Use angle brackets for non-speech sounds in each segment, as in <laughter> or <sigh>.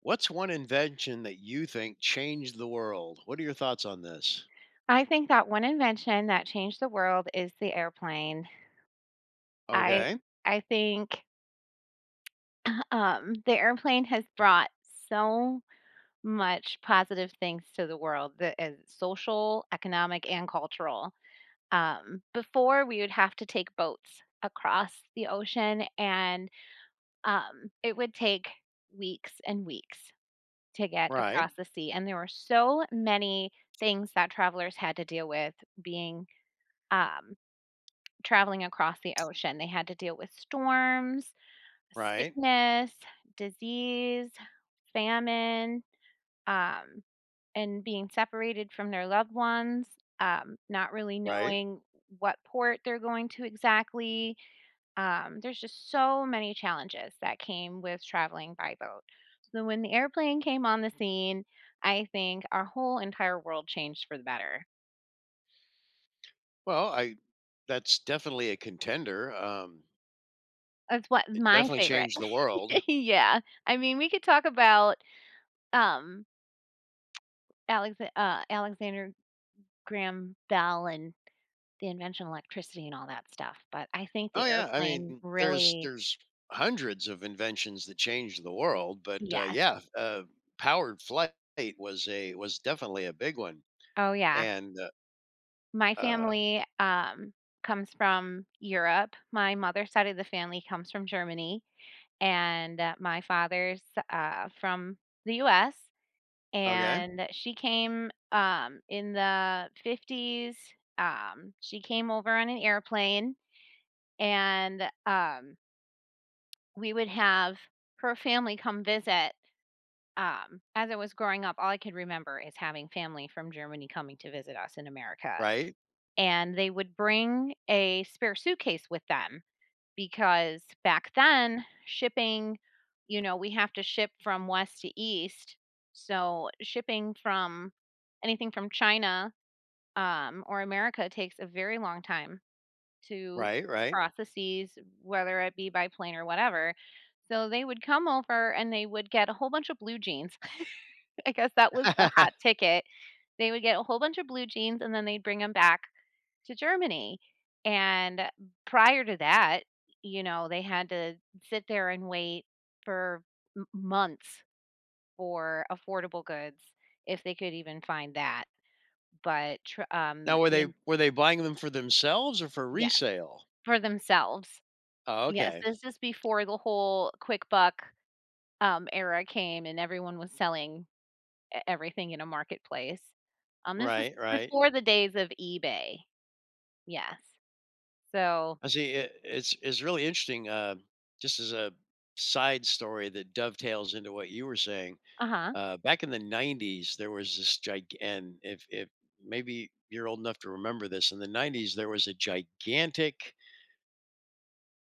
What's one invention that you think changed the world? What are your thoughts on this? I think that one invention that changed the world is the airplane. I Okay. I think, the airplane has brought so much positive things to the world that is social, economic, and cultural. Before we would have to take boats across the ocean, and it would take weeks and weeks to get Right. across the sea, and there were so many things that travelers had to deal with being, um traveling across the ocean. They had to deal with storms, Right. sickness, disease, famine, um, and being separated from their loved ones, not really Right. knowing what port they're going to exactly. There's just so many challenges that came with traveling by boat. So when the airplane came on the scene, I think our whole entire world changed for the better. Well, I that's definitely a contender. That's what It my definitely favorite. changed the world. <laughs> Yeah. I mean, we could talk about um Alexander Graham Bell and the invention of electricity and all that stuff, but I think Oh the yeah, I airplane mean, there's really. there's hundreds of inventions that changed the world, but Yes. yeah, powered flight was definitely a big one. Oh, yeah. And My uh, family, comes from Europe. My mother's side of the family comes from Germany, and, my father's, from the US, okay, and she came, in the 50s. She came over on an airplane, and, um we would have her family come visit. As I was growing up, all I could remember is having family from Germany coming to visit us in America. right, And they would bring a spare suitcase with them because back then, shipping, you know, we have to ship from west to east. So shipping from anything from China or America takes a very long time to right, right. cross the seas, whether it be by plane or whatever, so they would come over and they would get a whole bunch of blue jeans. <laughs> I guess that was the <laughs> hot <laughs> ticket. They would get a whole bunch of blue jeans and then they'd bring them back to Germany. And prior to that, you know, they had to sit there and wait for m months for affordable goods, if they could even find that. But tr Now, in were they buying them for themselves or for Yes, resale? for themselves. Oh, Yes, okay. this is before the whole quick buck, era came and everyone was selling e everything in a marketplace. This is Right, <laughs> right. before the days of eBay. Yes. So I see. It's really interesting. Just as a side story that dovetails into what you were saying. uh-huh. Back in the '90s, there was this gig, and if maybe you're old enough to remember this, in the '90s there was a gigantic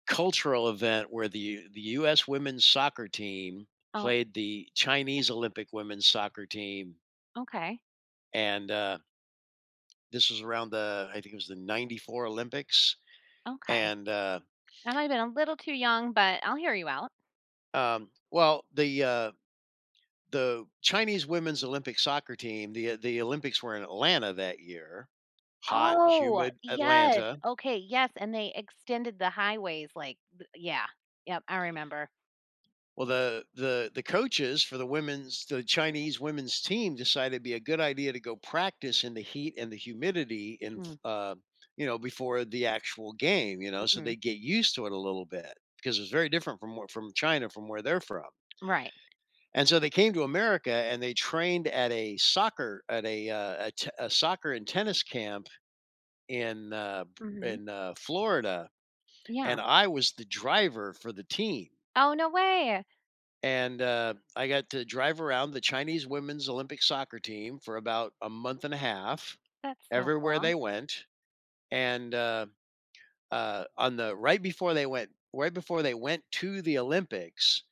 cultural event where the U.S. women's soccer team Oh, played the Chinese Olympic women's soccer team, okay, and this was around the I think it was the '94 Olympics, okay. and I might have been a little too young, but I'll hear you out. Well, the Chinese women's Olympic soccer team, the Olympics were in Atlanta that year, hot, Oh, humid yes. Atlanta. Okay, yes, and they extended the highways like th yeah. Yep, I remember. Well, the coaches for the Chinese women's team decided it'd be a good idea to go practice in the heat and the humidity in Mm, you know, before the actual game, you know, so mhm. they get used to it a little bit because it's very different from where- from China from where they're from. Right. And so they came to America and they trained at a a soccer and tennis camp in uh, Mhm. in Florida, Yeah. and I was the driver for the team. Oh, no way. And I got to drive around the Chinese women's Olympic soccer team for about a month and a half, That's so everywhere cool. they went. And on the right before they went, right before they went to the Olympics,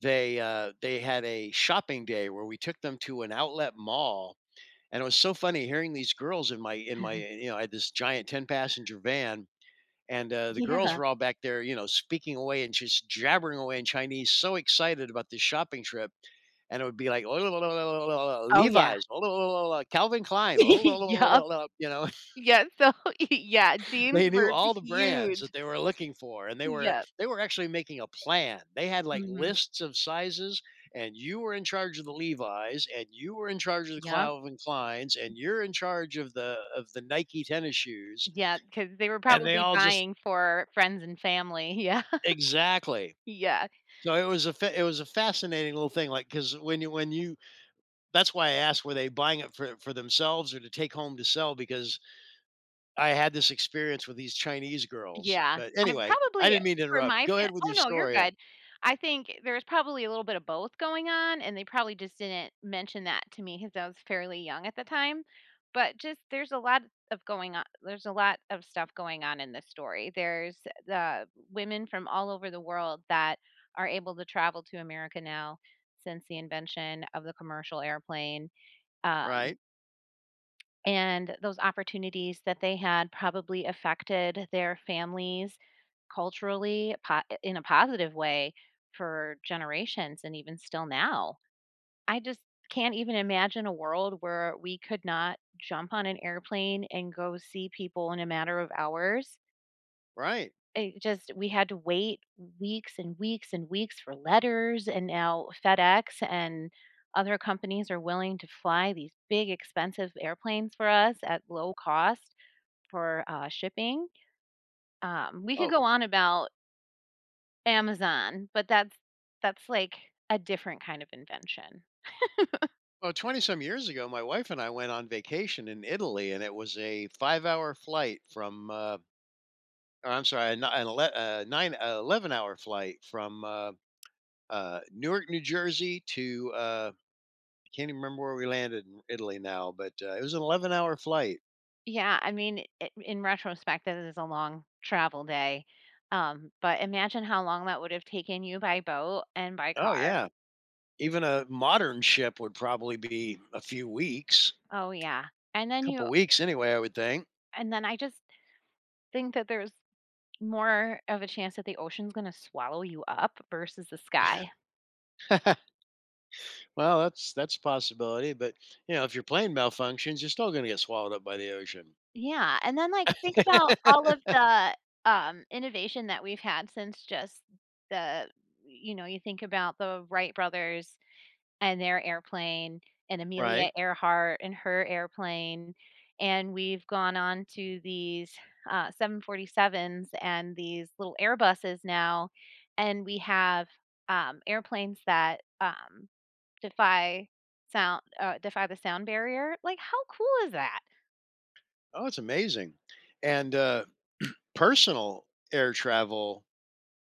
they had a shopping day where we took them to an outlet mall. And it was so funny hearing these girls in my <laughs> you know, I had this giant 10 passenger van and the girls Yeah. were all back there, you know, speaking away and just jabbering away in Chinese, so excited about this shopping trip. And it would be like <laughs> Oh, yeah. Levi's, <laughs> Calvin <laughs> Klein, <laughs> Yup. you know, Yeah, so <laughs> yeah, jeans they knew were all the brands huge. that they were looking for, and Yep. they were actually making a plan. They had like Mhm. lists of sizes, and you were in charge of the Levi's, and you were in charge of the Yep. Calvin Kleins, and you're in charge of the Nike tennis shoes, Yeah, because they were and they probably all just buying for friends and family. <laughs> Yeah. exactly. Yeah. So it was it was a fascinating little thing, like, because when you that's why I asked, were they buying it for themselves or to take home to sell, because I had this experience with these Chinese girls. Yeah, But I'm anyway, I probably didn't mean to for interrupt. my Go fa ahead with oh, your no, you're story. good. I think there's probably a little bit of both going on, and they probably just didn't mention that to me 'cause I was fairly young at the time, but just there's a lot of going on, there's a lot of stuff going on in this story. There's the women from all over the world that are able to travel to America now since the invention of the commercial airplane, um Right, and those opportunities that they had probably affected their families culturally in a positive way for generations and even still now. I just can't even imagine a world where we could not jump on an airplane and go see people in a matter of hours. right. It just, we had to wait weeks and weeks and weeks for letters, and now FedEx and other companies are willing to fly these big, expensive airplanes for us at low cost for, shipping. We could Oh, go on about Amazon, but that's, like, a different kind of invention. well, 20 some years ago, my wife and I went on vacation in Italy, and it was a 5-hour flight from, or I'm sorry, an ele 9 11-hour flight from, Newark, New Jersey to, I can't even remember where we landed in Italy now, but, it was an 11-hour flight. Yeah, I mean, I in retrospect, that is a long travel day, but imagine how long that would have taken you by boat and by Oh, car. yeah. Even a modern ship would probably be a few weeks, Oh, yeah, and then you. couple weeks anyway, I would think. And then I just think that there's more of a chance that the ocean's gonna swallow you up versus the sky. <laughs> Well, that's a possibility, but, you know, if your plane malfunctions, you're still gonna get swallowed up by the ocean. Yeah, and then, like, think about all <laughs> of the, innovation that we've had since just the you know, you think about the Wright brothers and their airplane, and Amelia Right? Earhart and her airplane, and we've gone on to these, 747s and these little Airbuses now, and we have, airplanes that, defy defy the sound barrier. Like, how cool is that? Oh, it's amazing, and, personal air travel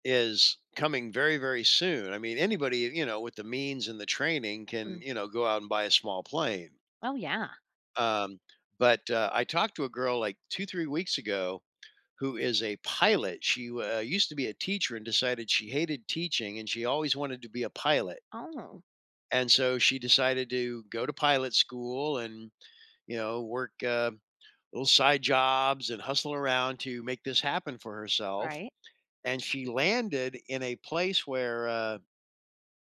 is coming very, very soon. I mean, anybody, you know, with the means and the training can, Mm. you know, go out and buy a small plane. Oh, yeah. Um, but, I talked to a girl, like, 2, 3 weeks ago who is a pilot. She, used to be a teacher and decided she hated teaching, and she always wanted to be a pilot. Oh, And so she decided to go to pilot school and, you know, work little side jobs and hustle around to make this happen for herself. right. And she landed in a place where,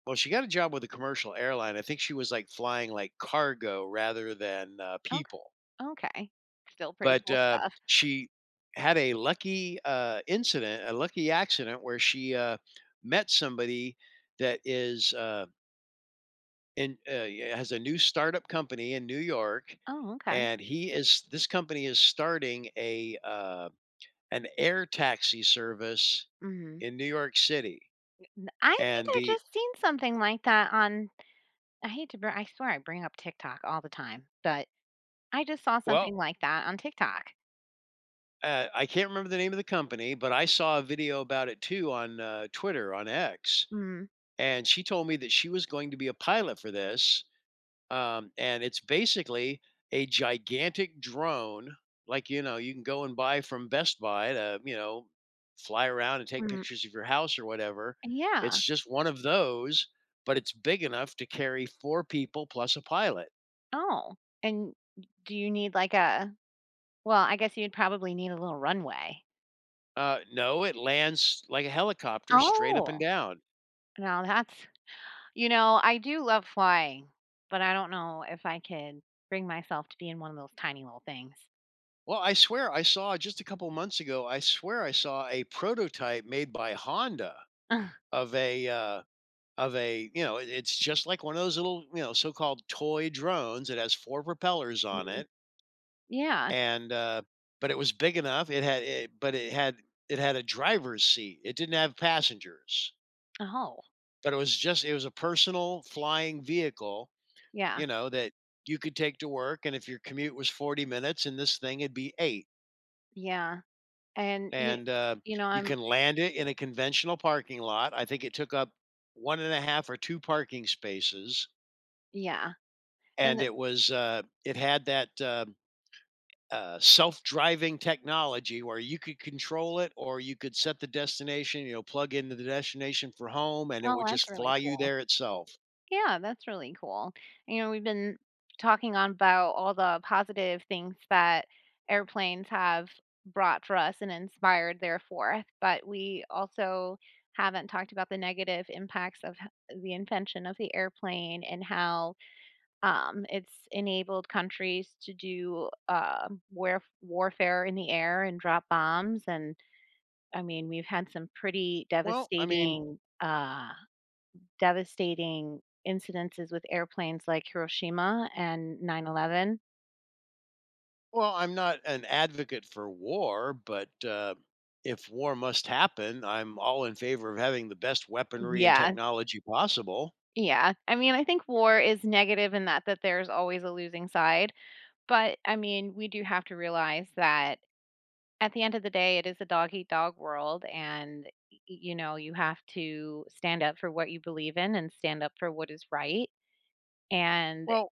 well, she got a job with a commercial airline. I think she was like flying like cargo rather than Ok people. okay. Still pretty But cool stuff. she had a lucky incident, a lucky accident where she met somebody that is in yeah, has a new startup company in New York, Oh, okay. and he is this company is starting a an air taxi service Mhm. in New York City, I think and I the just seen something like that on I hate to br I swear I bring up TikTok all the time, but I just saw well. something like that on TikTok. I can't remember the name of the company, but I saw a video about it too on Twitter, on X, Mm, and she told me that she was going to be a pilot for this, and it's basically a gigantic drone. Like, you know, you can go and buy from Best Buy to, you know, fly around and take mm, pictures of your house or whatever. It's yeah. just one of those, but it's big enough to carry four people plus a pilot. Oh, and do you need, like, a well, I guess you'd probably need a little runway. No, it lands like a helicopter, straight up and Oh, down. now that's, you know, I do love flying, but I don't know if I could bring myself to be in one of those tiny little things. Well, I swear I saw just a couple months ago. I swear I saw a prototype made by Honda <laughs> of a you know, it it's just like one of those little, you know, so-called toy drones. It has 4 propellers on Mm, it, yeah. and, but it was big enough. It had it but it had, it had a driver's seat. It didn't have passengers, Oh, but it was just, it was a personal flying vehicle, yeah, you know, that you could take to work, and if your commute was 40 minutes in this thing, it'd be 8, yeah, and you and, you know, you I'm can land it in a conventional parking lot. I think it took up one and a half or 2 parking spaces. yeah, and And the it was it had that self-driving technology where you could control it or you could set the destination, you know, plug into the destination for home, and it oh, would that's just really fly you cool. there itself. Yeah, that's really cool. You know, we've been talking on about all the positive things that airplanes have brought for us and inspired their forth, but we also haven't talked about the negative impacts of the invention of the airplane and how it's enabled countries to do warfare in the air and drop bombs. And I mean, we've had some pretty well i mean devastating incidences with airplanes like Hiroshima and 9/11. well, I'm not an advocate for war, but if war must happen, I'm all in favor of having the best weaponry and Yeah, technology possible. yeah. I mean, I think war is negative in that there's always a losing side, but I mean, we do have to realize that at the end of the day, it is a dog eat dog world, and y you know, you have to stand up for what you believe in and stand up for what is right, and Well,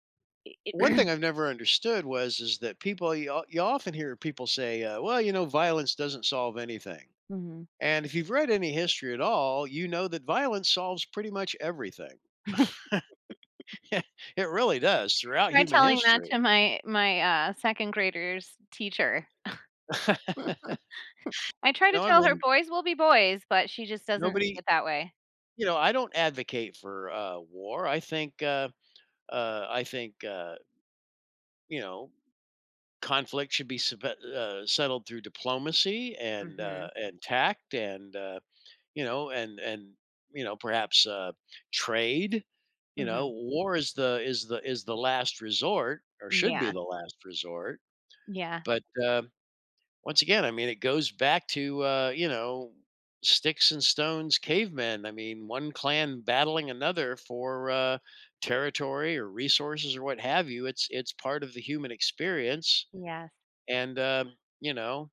it one thing I've <clears throat> never understood was is that people, you often hear people say, "Well, you know, violence doesn't solve anything." mhm. And if you've read any history at all, you know that violence solves pretty much everything. <laughs> <laughs> It really does throughout Try human telling that to history. my second grader's teacher. <laughs> You I try to know, I tell her mean, boys will be boys, but she just doesn't see nobody, it that way. you know, I don't advocate for war. I think, you know, conflict should be settled through diplomacy Mhm, and tact and you know, and you know, perhaps trade. You know, mhm. war is the is the is the last resort, or should be Yeah, the last resort. yeah, But once again, I mean, it goes back to you know, sticks and stones, cavemen. I mean, one clan battling another for territory or resources or what have you. It's part of the human experience, yes. and you know,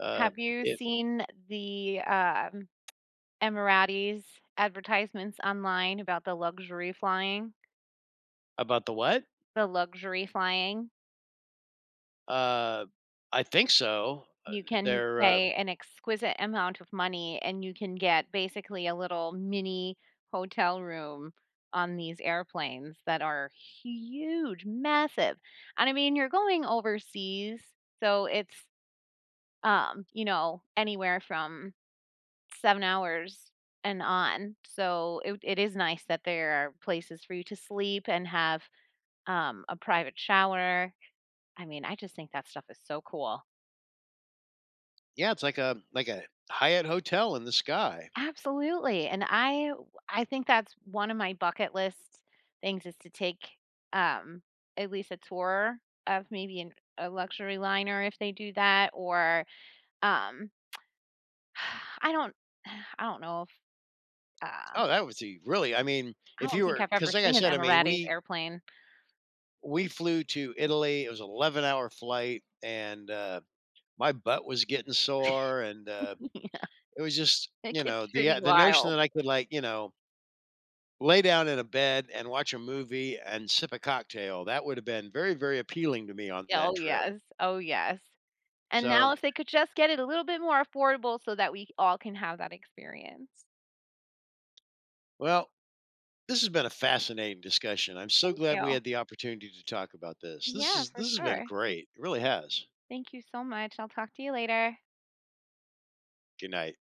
uh, Have you it seen the, Emiratis advertisements online about the luxury flying? about the what? The luxury flying? Uh, I think so. You can They're pay an exquisite amount of money, and you can get basically a little mini hotel room on these airplanes that are huge, massive, and I mean, you're going overseas, so it's, you know, anywhere from 7 hours and on, so it is nice that there are places for you to sleep and have, a private shower. I mean, I just think that stuff is so cool. Yeah, it's like a Hyatt hotel in the sky. Absolutely, and I—I think that's one of my bucket list things is to take, um, at least a tour of maybe an a luxury liner if they do that or, um, <sighs> I don't I don't know if, uh Oh, that would be really. I mean, I if don't you think were, I've ever because like I seen an said, I mean, Emirati's airplane. we flew to Italy. It was an 11-hour flight, and my butt was getting sore, and <laughs> Yeah, it was just, it you know, gets pretty the notion wild. that I could, like, you know, lay down in a bed and watch a movie and sip a cocktail, that would have been very, very appealing to me on Yeah, oh, that trip. yes. Oh, yes. And now So, if they could just get it a little bit more affordable so that we all can have that experience. well, this has been a fascinating discussion. I'm so Thank glad we you. had the opportunity to talk about this. This Yeah, is for This has been sure. great. It really has. Thank you so much. I'll talk to you later. Good night.